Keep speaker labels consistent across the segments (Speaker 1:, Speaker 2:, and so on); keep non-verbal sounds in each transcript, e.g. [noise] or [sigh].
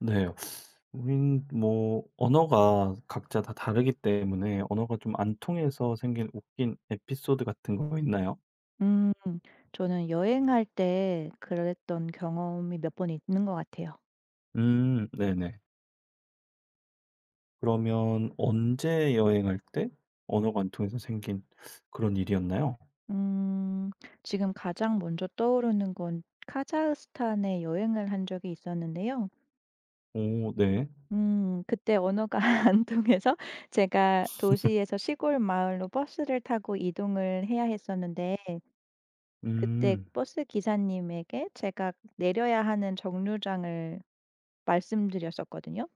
Speaker 1: 네. 우린 뭐 언어가 각자 다 다르기 때문에 언어가 좀 안 통해서 생긴 웃긴 에피소드 같은 거 있나요?
Speaker 2: 음. 저는 여행할 때 그랬던 경험이 몇 번 있는 것 같아요.
Speaker 1: 네네. 그러면 언제 여행할 때 언어가 안 통해서 생긴 그런 일이었나요?
Speaker 2: 음. 지금 가장 먼저 떠오르는 건 카자흐스탄에 여행을 한 적이 있었는데요.
Speaker 1: 오 네.
Speaker 2: 그때 언어가 [laughs] 안 통해서 제가 도시에서 시골 마을로 버스를 타고 이동을 해야 했었는데 그때
Speaker 1: 음
Speaker 2: 버스 기사님에게 제가 내려야 하는 정류장을 말씀드렸었거든요.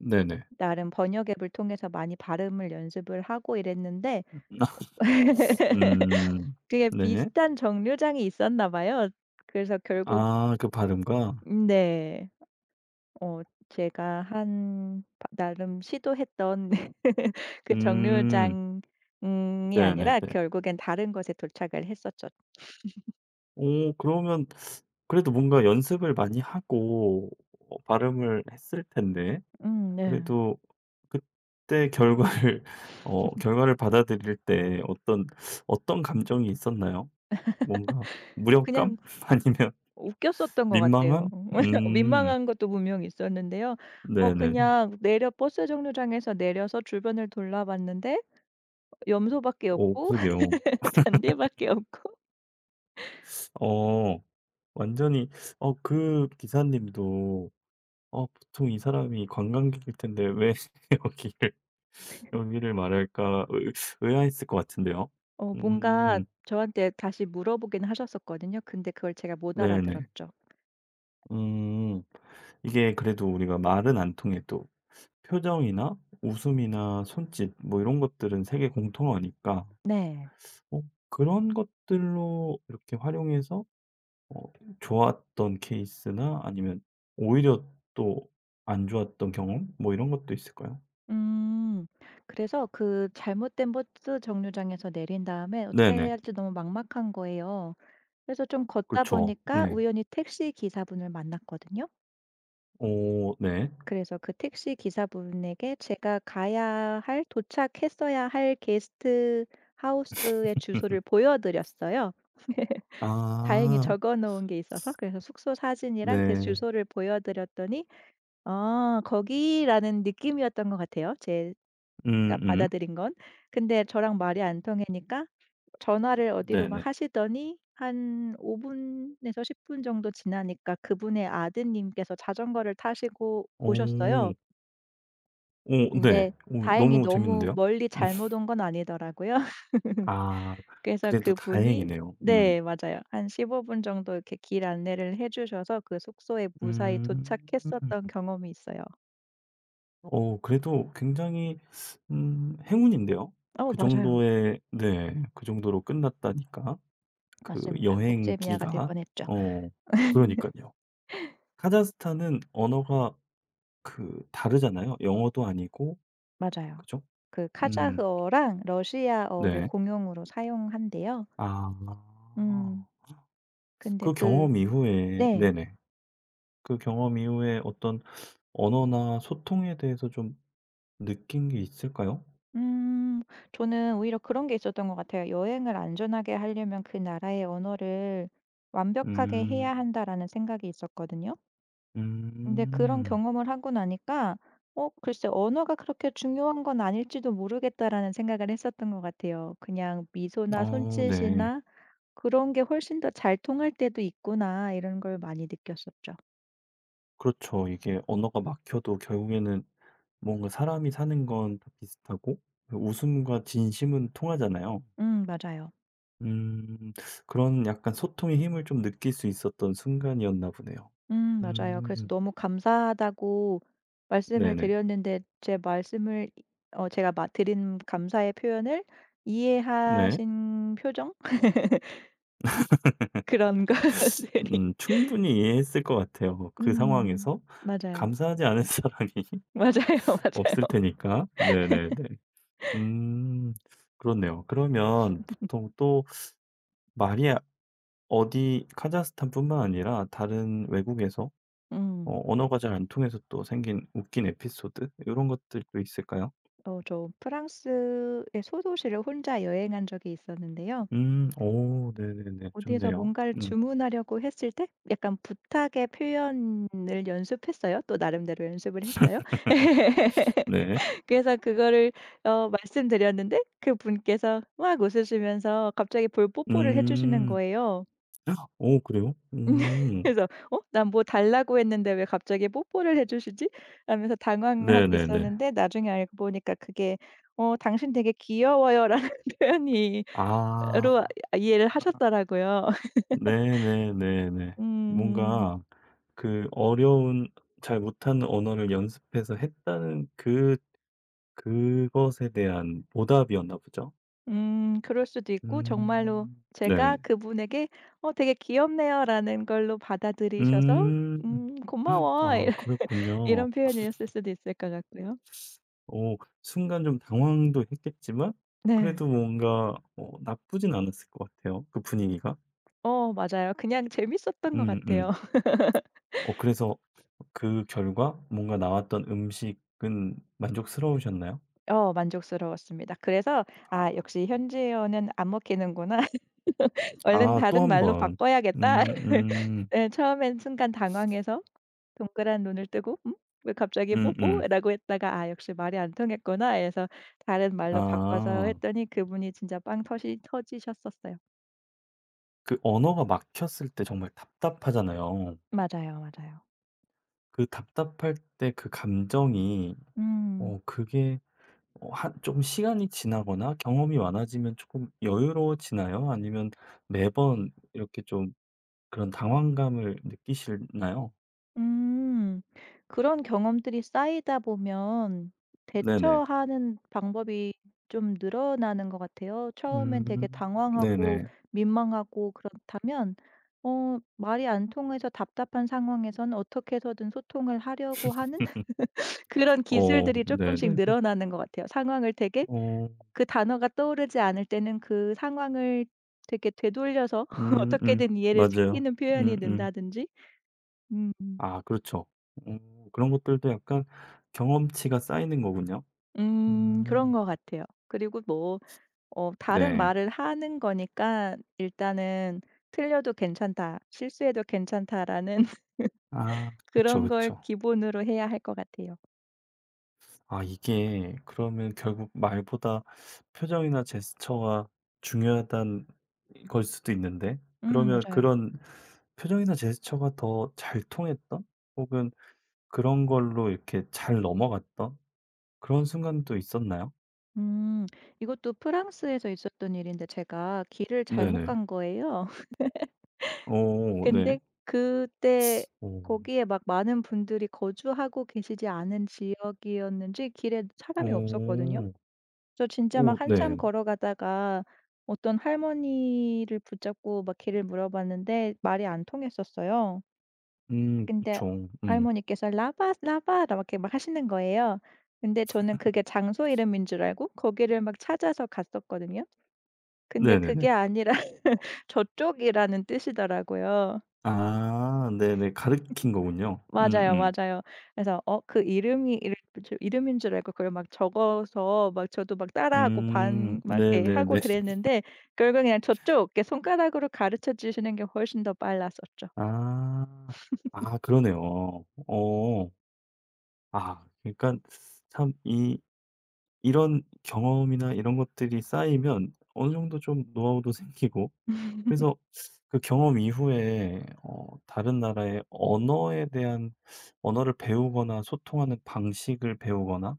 Speaker 1: 네네.
Speaker 2: 나름 번역 앱을 통해서 많이 발음을 연습을 하고 이랬는데 [laughs]
Speaker 1: [laughs] 음
Speaker 2: 그게
Speaker 1: 네.
Speaker 2: 비슷한 정류장이 있었나 봐요. 그래서 결국
Speaker 1: 아 그 발음과?
Speaker 2: 네. 어 제가 한 바 나름 시도했던 [laughs] 그
Speaker 1: 음
Speaker 2: 정류장 이
Speaker 1: 네네네.
Speaker 2: 아니라 결국엔 다른 곳에 도착을 했었죠.
Speaker 1: 오 그러면 그래도 뭔가 연습을 많이 하고 발음을 했을 텐데.
Speaker 2: 네.
Speaker 1: 그래도 그때 결과를 [laughs] 결과를 받아들일 때 어떤 감정이 있었나요? 뭔가 무력감?
Speaker 2: 그냥
Speaker 1: [laughs] 아니면
Speaker 2: 웃겼었던 것 같아요.
Speaker 1: 민망함?
Speaker 2: [laughs]
Speaker 1: 음.
Speaker 2: 민망한 것도 분명히 있었는데요. 어
Speaker 1: 네네네.
Speaker 2: 그냥 내려 버스 정류장에서 내려서 주변을 돌아봤는데 염소밖에 없고
Speaker 1: 그러게요.
Speaker 2: [laughs] 잔디밖에 없고
Speaker 1: 어 완전히. 그 기사님도 '어 보통 이 사람이 관광객일 텐데 왜 [laughs] 여기를 여기를 말할까?' 의 의아했을 것 같은데요.
Speaker 2: 뭔가
Speaker 1: 음.
Speaker 2: 저한테 다시 물어보긴 하셨었거든요. 근데 그걸 제가 못
Speaker 1: 네네.
Speaker 2: 알아들었죠.
Speaker 1: 음. 이게 그래도 우리가 말은 안 통해도 표정이나 웃음이나 손짓 뭐 이런 것들은 세계 공통어니까
Speaker 2: 네.
Speaker 1: 어 그런 것들로 이렇게 활용해서 어 좋았던 케이스나 아니면 오히려 또 안 좋았던 경험 뭐 이런 것도 있을까요?
Speaker 2: 음. 그래서 그 잘못된 버스 정류장에서 내린 다음에 어떻게
Speaker 1: 네네.
Speaker 2: 해야 할지 너무 막막한 거예요. 그래서 좀 걷다
Speaker 1: 그렇죠.
Speaker 2: 보니까
Speaker 1: 네.
Speaker 2: 우연히 택시 기사분을 만났거든요.
Speaker 1: 오 네.
Speaker 2: 그래서 그 택시 기사분에게 제가 가야 할 도착했어야 할 게스트 하우스의
Speaker 1: [laughs]
Speaker 2: 주소를 보여 드렸어요. [laughs] 다행히
Speaker 1: 아
Speaker 2: 적어 놓은 게 있어서 그래서 숙소 사진이랑 그
Speaker 1: 네.
Speaker 2: 주소를 보여 드렸더니 '아 거기.'라는 느낌이었던 것 같아요, 제가
Speaker 1: 음음.
Speaker 2: 받아들인 건. 근데 저랑 말이 안 통하니까 전화를 어디로
Speaker 1: 네네.
Speaker 2: 막 하시더니 한 5분 분에서 10분 정도 지나니까 그분의 아드님께서 자전거를 타시고 오셨어요.
Speaker 1: 오, 오 네.
Speaker 2: 근데
Speaker 1: 오,
Speaker 2: 다행히
Speaker 1: 너무
Speaker 2: 너무
Speaker 1: 재밌는데요?
Speaker 2: 멀리 잘못
Speaker 1: [laughs]
Speaker 2: 온 건 아니더라고요. [laughs]
Speaker 1: 아
Speaker 2: 그래서
Speaker 1: 그래도
Speaker 2: 그분이
Speaker 1: 다행이네요. 음.
Speaker 2: 네 맞아요. 한 15분 정도 이렇게 길 안내를 해 주셔서 그 숙소에 무사히
Speaker 1: 음.
Speaker 2: 도착했었던 경험이 있어요.
Speaker 1: 그래도 굉장히 행운인데요.
Speaker 2: 어
Speaker 1: 그
Speaker 2: 맞아요.
Speaker 1: 정도의 네 그 정도로 끝났다니까. 그
Speaker 2: 맞습니다. 국제 미아가 될
Speaker 1: 여행기가.
Speaker 2: 뻔했죠.
Speaker 1: 어 그러니까요. 카자흐스탄은 언어가 그 다르잖아요. 영어도 아니고
Speaker 2: 맞아요.
Speaker 1: 그죠?
Speaker 2: 그
Speaker 1: 음
Speaker 2: 카자흐어랑 러시아어를
Speaker 1: 네.
Speaker 2: 공용으로 사용한대요.
Speaker 1: 아.
Speaker 2: 음 근데
Speaker 1: 그
Speaker 2: 그
Speaker 1: 경험 이후에
Speaker 2: 네.
Speaker 1: 네네. 그 경험 이후에 어떤 언어나 소통에 대해서 좀 느낀 게 있을까요?
Speaker 2: 음 저는 오히려 그런 게 있었던 것 같아요. '여행을 안전하게 하려면 그 나라의 언어를 완벽하게 해야
Speaker 1: 음.
Speaker 2: 한다.'라는 생각이 있었거든요. 근데 그런
Speaker 1: 음.
Speaker 2: 경험을 하고 나니까 '어 글쎄 언어가 그렇게 중요한 건 아닐지도 모르겠다.'라는 생각을 했었던 것 같아요. '그냥 미소나
Speaker 1: 어 네.
Speaker 2: 손짓이나 그런 게 훨씬 더 잘 통할 때도 있구나.' 이런 걸 많이 느꼈었죠.
Speaker 1: 그렇죠. 이게 언어가 막혀도 결국에는 뭔가 사람이 사는 건 다 비슷하고 웃음과 진심은 통하잖아요.
Speaker 2: 맞아요.
Speaker 1: 음. 그런 약간 소통의 힘을 좀 느낄 수 있었던 순간이었나 보네요.
Speaker 2: 맞아요. 그래서
Speaker 1: 음.
Speaker 2: 너무 감사하다고 말씀을
Speaker 1: 네네.
Speaker 2: 드렸는데 제 말씀을 어 제가 마 드린 감사의 표현을
Speaker 1: 네.
Speaker 2: 이해하신 표정? [laughs] 그런 것들이
Speaker 1: 충분히 이해했을 것 같아요. 그
Speaker 2: 음
Speaker 1: 상황에서.
Speaker 2: 맞아요.
Speaker 1: 감사하지 않은 [laughs] 사람이
Speaker 2: 맞아요, [laughs] 맞아요.
Speaker 1: 없을 테니까. 네네네. 음. 그렇네요. 그러면 보통 또 말이 어디 카자흐스탄뿐만 아니라 다른 외국에서
Speaker 2: 음.
Speaker 1: 언어가 잘 안 통해서 또 생긴 웃긴 에피소드 이런 것들도 있을까요?
Speaker 2: 어 저 프랑스의 소도시를 혼자 여행한 적이 있었는데요.
Speaker 1: 음. 오.. 네네네.
Speaker 2: 어디에서
Speaker 1: 좋네요.
Speaker 2: 뭔가를
Speaker 1: 음.
Speaker 2: 주문하려고 했을 때 약간 부탁의 표현을 연습했어요. 또 나름대로 연습을 했어요.
Speaker 1: 네.
Speaker 2: [laughs] 그래서 그거를 말씀드렸는데 그 분께서 막 웃으시면서 갑자기 볼 뽀뽀를 해 주시는
Speaker 1: 음.
Speaker 2: 거예요.
Speaker 1: [gasps] 오.. 그래요?
Speaker 2: [laughs]
Speaker 1: 음.
Speaker 2: 그래서 '어 난 뭐 달라고 했는데 왜 갑자기 뽀뽀를 해 주시지?' 하면서 당황하고
Speaker 1: 네네네.
Speaker 2: 있었는데 나중에 알고 보니까 그게 "어 당신 되게 귀여워요."라는 [laughs] 표현이
Speaker 1: 아.
Speaker 2: 으로 이해를 하셨더라고요. [laughs]
Speaker 1: 네네네네.
Speaker 2: 음.
Speaker 1: 뭔가 그 어려운 잘 못하는 언어를 연습해서 했다는 그것에 대한 보답이었나 보죠?
Speaker 2: 그럴 수도 있고 정말로
Speaker 1: 음. 네.
Speaker 2: 제가 그분에게 "어 되게 귀엽네요."라는 걸로 받아들이셔서
Speaker 1: 음.
Speaker 2: 고마워."
Speaker 1: 아 그렇
Speaker 2: [laughs] 이런
Speaker 1: 군요
Speaker 2: 이런 표현이었을 수도 있을 것 같고요.
Speaker 1: 오 순간 좀 당황도 했겠지만
Speaker 2: 네.
Speaker 1: 그래도 뭔가 나쁘진 않았을 것 같아요, 그 분위기가.
Speaker 2: 어 맞아요. 그냥 재밌었던 것 같아요.
Speaker 1: 음음. 그래서 그 결과 뭔가 나왔던 음식은 만족스러우셨나요?
Speaker 2: 어 만족스러웠습니다. 그래서
Speaker 1: 아
Speaker 2: '아 역시 현지어는 안 먹히는구나. [laughs] 얼른
Speaker 1: 또
Speaker 2: 다른
Speaker 1: 한
Speaker 2: 말로
Speaker 1: 번.
Speaker 2: 바꿔야겠다.' [laughs]
Speaker 1: 음음.
Speaker 2: 네, 처음엔 순간 당황해서 동그란 눈을 뜨고 '음? 왜 갑자기
Speaker 1: 음음.
Speaker 2: 뽀뽀?'라고 했다가 '아 역시 말이 안 통했구나.' 해서 다른 말로 바꿔서
Speaker 1: 아.
Speaker 2: 했더니 그분이 진짜 빵 터시 터지셨었어요.
Speaker 1: 그 언어가 막혔을 때 정말 답답하잖아요.
Speaker 2: 맞아요, 맞아요.
Speaker 1: 그 답답할 때 그 감정이
Speaker 2: 음.
Speaker 1: 그게 한 좀 시간이 지나거나 경험이 많아지면 조금 여유로워지나요? 아니면 매번 이렇게 좀 그런 당황감을 느끼시나요?
Speaker 2: 음. 그런 경험들이 쌓이다 보면
Speaker 1: 네네.
Speaker 2: 대처하는 방법이 좀 늘어나는 것 같아요. 처음엔 되게
Speaker 1: 음.
Speaker 2: 당황하고
Speaker 1: 네네.
Speaker 2: 민망하고 그렇다면 말이 안 통해서 답답한 상황에선 어떻게 해서든 소통을 하려고 하는 [laughs] 그런
Speaker 1: 어
Speaker 2: 기술들이 조금씩
Speaker 1: 네네네.
Speaker 2: 늘어나는 것 같아요. 상황을 되게
Speaker 1: 어
Speaker 2: 그 단어가 떠오르지 않을 때는 그 상황을 되게 되돌려서 [laughs]
Speaker 1: 음음.
Speaker 2: 어떻게든 이해를
Speaker 1: 맞아요.
Speaker 2: 시키는 표현이
Speaker 1: 음음.
Speaker 2: 는다든지. 음.
Speaker 1: 아 그렇죠. 그런 것들도 약간 경험치가 쌓이는 거군요.
Speaker 2: 그런
Speaker 1: 음.
Speaker 2: 것 같아요. 그리고 뭐 다른
Speaker 1: 네.
Speaker 2: 말을 하는 거니까 일단은 '틀려도 괜찮다. 실수해도 괜찮다.'라는 [laughs]
Speaker 1: 아 그쵸,
Speaker 2: 그런 걸
Speaker 1: 그쵸.
Speaker 2: 기본으로 해야 할 것 같아요.
Speaker 1: 아 이게 그러면 결국 말보다 표정이나 제스처가 중요하단 걸 수도 있는데 그러면
Speaker 2: 맞아요.
Speaker 1: 그런 표정이나 제스처가 더 잘 통했던 혹은 그런 걸로 이렇게 잘 넘어갔던 그런 순간도 있었나요?
Speaker 2: 음 이것도 프랑스에서 있었던 일인데 제가 길을 잘못
Speaker 1: 네네.
Speaker 2: 간 거예요. [laughs]
Speaker 1: 오 네.
Speaker 2: 근데 그때
Speaker 1: 오
Speaker 2: 거기에 막 많은 분들이 거주하고 계시지 않은 지역이었는지 길에 사람이 없었거든요.
Speaker 1: 오
Speaker 2: 저 진짜 막
Speaker 1: 오
Speaker 2: 한참
Speaker 1: 네.
Speaker 2: 걸어가다가 어떤 할머니를 붙잡고 막 길을 물어봤는데 말이 안 통했었어요. 근데
Speaker 1: 그쵸. 음.
Speaker 2: 할머니께서 "라바, 라바." 라 이렇게 막 하시는 거예요. 근데 저는 그게 장소 이름인 줄 알고 거기를 막 찾아서 갔었거든요. 근데
Speaker 1: 네네네.
Speaker 2: 그게 아니라 [laughs] 저쪽이라는 뜻이더라고요.
Speaker 1: 아 네네. 가르친 거군요.
Speaker 2: 맞아요,
Speaker 1: 음음.
Speaker 2: 맞아요. 그래서 그 이름이 이름 줄 이름인 줄 알고 그걸 막 적어서 막 저도 막 따라하고 반 막 이렇게 하고
Speaker 1: 네네네.
Speaker 2: 그랬는데 결국 그냥 저쪽 이렇게 손가락으로 가르쳐 주시는 게 훨씬 더 빨랐었죠.
Speaker 1: 아. 아 그러네요. 어. 아 그러니까 참 이 이런 경험이나 이런 것들이 쌓이면 어느 정도 좀 노하우도 생기고. 그래서 그 경험 이후에 다른 나라의 언어에 대한 언어를 배우거나 소통하는 방식을 배우거나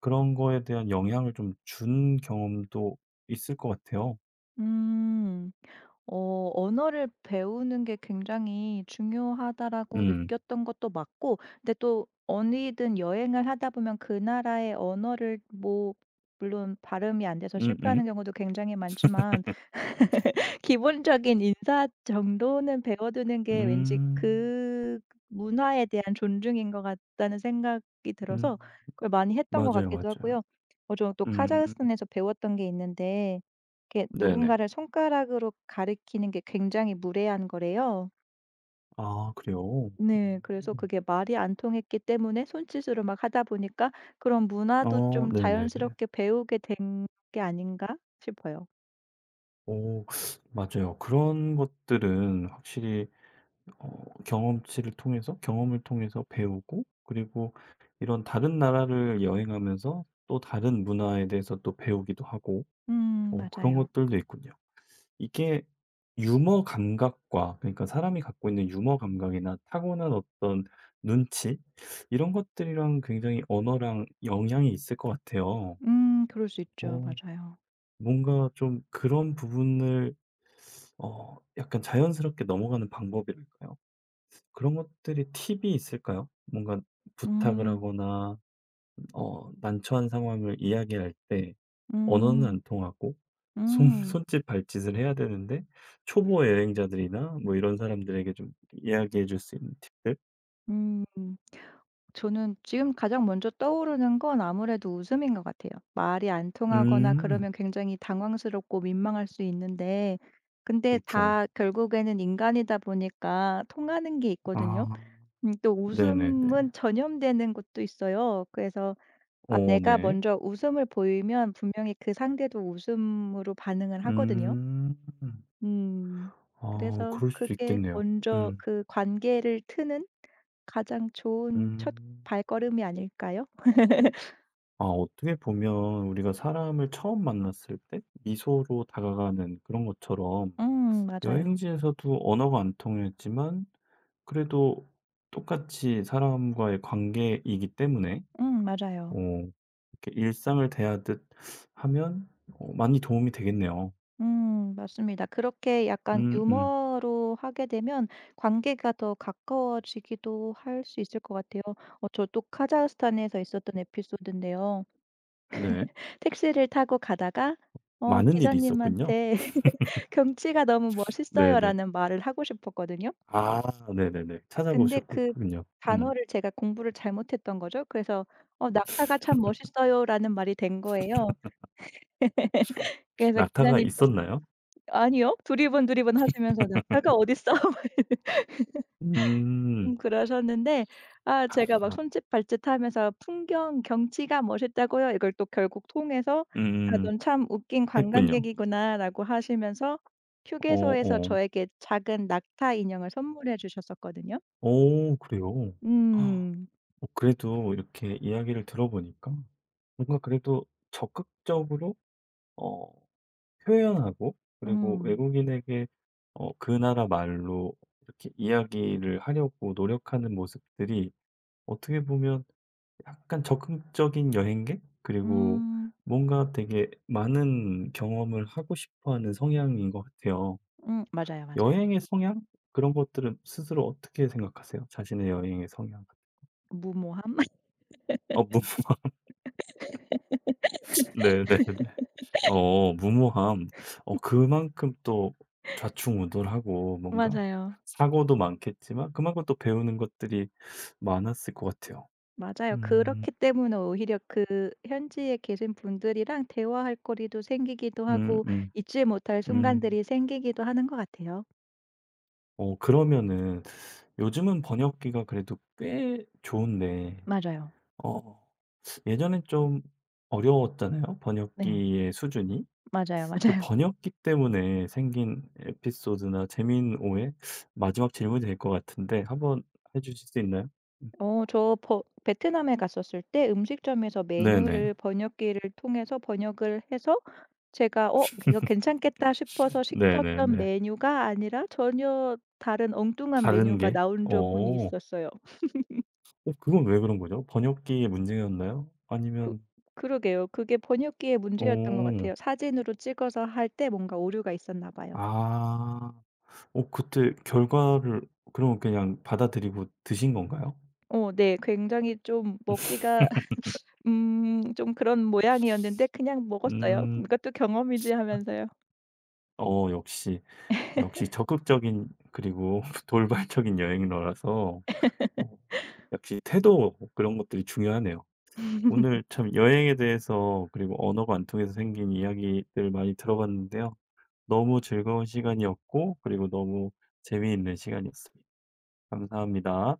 Speaker 1: 그런 거에 대한 영향을 좀 준 경험도 있을 것 같아요.
Speaker 2: 음. 언어를 배우는 게 굉장히 중요하다라고
Speaker 1: 음.
Speaker 2: 느꼈던 것도 맞고 근데 또 어디든 여행을 하다 보면 그 나라의 언어를 뭐 물론 발음이 안 돼서
Speaker 1: 음음.
Speaker 2: 실패하는 경우도 굉장히 많지만 기본적인 인사 정도는 배워두는
Speaker 1: 음.
Speaker 2: 게 왠지
Speaker 1: 음.
Speaker 2: 그 문화에 대한 존중인 것 같다는 생각이 들어서
Speaker 1: 음,
Speaker 2: 그걸 많이 했던 것
Speaker 1: 맞아요,
Speaker 2: 같기도
Speaker 1: 맞아요.
Speaker 2: 하고요. 저는 또
Speaker 1: 음.
Speaker 2: 카자흐스탄에서 배웠던 게 있는데 이렇게
Speaker 1: 네네.
Speaker 2: 누군가를 손가락으로 가리키는 게 굉장히 무례한 거래요.
Speaker 1: 아 그래요?
Speaker 2: 네. 그래서
Speaker 1: 음.
Speaker 2: 그게 말이 안 통했기 때문에 손짓으로 막 하다 보니까 그런 문화도
Speaker 1: 어
Speaker 2: 좀
Speaker 1: 네네네.
Speaker 2: 자연스럽게 배우게 된 게 아닌가 싶어요.
Speaker 1: 오 맞아요. 그런 것들은 확실히 어 경험치를 통해서 경험을 통해서 배우고 그리고 이런 다른 나라를 여행하면서 또 다른 문화에 대해서 또 배우기도 하고. 그런
Speaker 2: 맞아요.
Speaker 1: 것들도 있군요. 이게 유머 감각과 그러니까 사람이 갖고 있는 유머 감각이나 타고난 어떤 눈치 이런 것들이랑 굉장히 언어랑 영향이 있을 것 같아요.
Speaker 2: 그럴 수 있죠.
Speaker 1: 어.
Speaker 2: 맞아요.
Speaker 1: 뭔가 좀 그런 부분을 약간 자연스럽게 넘어가는 방법이랄까요? 그런 것들이 팁이 있을까요? 뭔가 부탁을
Speaker 2: 음.
Speaker 1: 하거나 난처한 상황을 이야기할 때 언어는
Speaker 2: 음.
Speaker 1: 안 통하고 손
Speaker 2: 음.
Speaker 1: [laughs] 손짓 발짓을 해야 되는데 초보 여행자들이나 뭐 이런 사람들에게 좀 이야기해 줄 수 있는 팁들?
Speaker 2: 음. 저는 지금 가장 먼저 떠오르는 건 아무래도 웃음인 것 같아요. 말이 안 통하거나
Speaker 1: 음.
Speaker 2: 그러면 굉장히 당황스럽고 민망할 수 있는데 근데
Speaker 1: 그렇죠.
Speaker 2: 다 결국에는 인간이다 보니까 통하는 게 있거든요.
Speaker 1: 아.
Speaker 2: 또
Speaker 1: 네네네.
Speaker 2: 웃음은 전염되는 것도 있어요. 그래서 아
Speaker 1: 어
Speaker 2: 내가
Speaker 1: 네.
Speaker 2: 먼저 웃음을 보이면 분명히 그 상대도 웃음으로 반응을 하거든요.
Speaker 1: 음.
Speaker 2: 음.
Speaker 1: 아
Speaker 2: 그래서
Speaker 1: 그럴 수도
Speaker 2: 그게
Speaker 1: 있겠네요.
Speaker 2: 먼저
Speaker 1: 음.
Speaker 2: 그 관계를 트는 가장 좋은 첫
Speaker 1: 음.
Speaker 2: 발걸음이 아닐까요? [laughs]
Speaker 1: 아 어떻게 보면 우리가 사람을 처음 만났을 때 미소로 다가가는 그런 것처럼
Speaker 2: 맞아요.
Speaker 1: 여행지에서도 언어가 안 통했지만 그래도 똑같이 사람과의 관계이기 때문에
Speaker 2: 맞아요.
Speaker 1: 어 이렇게 일상을 대하듯 하면 많이 도움이 되겠네요.
Speaker 2: 맞습니다. 그렇게 약간
Speaker 1: 음음.
Speaker 2: 유머로 하게 되면 관계가 더 가까워지기도 할 수 있을 것 같아요. 저도 카자흐스탄에서 있었던 에피소드인데요.
Speaker 1: 네.
Speaker 2: 택시를 타고 가다가
Speaker 1: 많은 일이 있었군요.
Speaker 2: 기사님한테 [laughs] "경치가 너무
Speaker 1: 네네.
Speaker 2: 멋있어요."라는 말을 하고 싶었거든요.
Speaker 1: 아 네네네.
Speaker 2: 근데 그
Speaker 1: 찾아보셨군요. 음.
Speaker 2: 단어를 제가 공부를 잘못했던 거죠. 그래서 "어 낙타가 참 멋있어요."라는 말이 된 거예요. 그래서 네.
Speaker 1: 낙타가
Speaker 2: 기사님께서
Speaker 1: 있었나요?
Speaker 2: "아니요." 두리번 두리번 하시면서 "낙타가 어딨어." [laughs]
Speaker 1: 음.
Speaker 2: 그러셨는데 아 제가 막
Speaker 1: 아.
Speaker 2: 손짓발짓하면서 "풍경, 경치가 멋있다고요." 이걸 또 결국 통해서 "아
Speaker 1: 음음.
Speaker 2: 넌 참 웃긴
Speaker 1: 했군요.
Speaker 2: 관광객이구나."라고 하시면서
Speaker 1: 어
Speaker 2: 휴게소에서
Speaker 1: 어.
Speaker 2: 저에게 작은 낙타 인형을 선물해 주셨었거든요.
Speaker 1: 오, 그래요?
Speaker 2: 음.
Speaker 1: 그래도 이렇게 이야기를 들어보니까 뭔가 그래도 적극적으로 어 표현하고 그리고
Speaker 2: 음.
Speaker 1: 외국인에게 그 나라 말로 이렇게 이야기를 하려고 노력하는 모습들이 어떻게 보면 약간 적극적인 여행객 그리고
Speaker 2: 음.
Speaker 1: 뭔가 되게 많은 경험을 하고 싶어 하는 성향인 것 같아요.
Speaker 2: 맞아요, 맞아요.
Speaker 1: 여행의 성향? 그런 것들은 스스로 어떻게 생각하세요? 자신의 여행의 성향.
Speaker 2: 무모함. [laughs]
Speaker 1: 무 [laughs] 네네네. 무모함. 그만큼 또 좌충우돌하고 뭔가
Speaker 2: 맞아요.
Speaker 1: 사고도 많겠지만 그만큼 또 배우는 것들이 많았을 것 같아요.
Speaker 2: 맞아요.
Speaker 1: 음.
Speaker 2: 그렇기 때문에 오히려 그 현지에 계신 분들이랑 대화할 거리도 생기기도
Speaker 1: 음음.
Speaker 2: 하고
Speaker 1: 음.
Speaker 2: 잊지 못할
Speaker 1: 음.
Speaker 2: 순간들이 생기기도 하는 것 같아요.
Speaker 1: 그러면은 요즘은 번역기가 그래도 꽤 좋은데.
Speaker 2: 맞아요.
Speaker 1: 어 예전엔 좀 어려웠잖아요,
Speaker 2: 네.
Speaker 1: 번역기의 수준이.
Speaker 2: 맞아요,
Speaker 1: 그
Speaker 2: 맞아요. [laughs]
Speaker 1: 번역기 때문에 생긴 에피소드나 재미있는 오해? 마지막 질문이 될 것 같은데 한번 해 주실 수 있나요? 음.
Speaker 2: 어 저 버 베트남에 갔었을 때 음식점에서
Speaker 1: 네네.
Speaker 2: 메뉴를 번역기를 통해서 번역을 해서 제가 '어 이거 괜찮겠다.' 싶어서 시켰던
Speaker 1: 네네네.
Speaker 2: 메뉴가 아니라 전혀 다른 엉뚱한
Speaker 1: 다른
Speaker 2: 메뉴가
Speaker 1: 게?
Speaker 2: 나온 적은
Speaker 1: 어.
Speaker 2: 있었어요.
Speaker 1: 그건 왜 그런 거죠? 번역기의 문제였나요?
Speaker 2: 그
Speaker 1: 아니면
Speaker 2: 그러게요. 그게 번역기의 문제였던 것 같아요.
Speaker 1: 어.
Speaker 2: 사진으로 찍어서 할 때 뭔가 오류가 있었나 봐요.
Speaker 1: 아. 그때 결과를 그럼 그냥 받아들이고 드신 건가요?
Speaker 2: 어 네. 굉장히 좀 먹기가 [laughs] 좀 그런 모양이었는데 그냥 먹었어요.
Speaker 1: 음.
Speaker 2: '이것도 경험이지.' 하면서요.
Speaker 1: 역시, 역시 적극적인 그리고 [laughs] 돌발적인 여행러라서. 어. 역시 태도 그런 것들이 중요하네요. 오늘 참 여행에 대해서 그리고 언어가 안 통해서 생긴 이야기들 많이 들어봤는데요. 너무 즐거운 시간이었고 그리고 너무 재미있는 시간이었습니다. 감사합니다.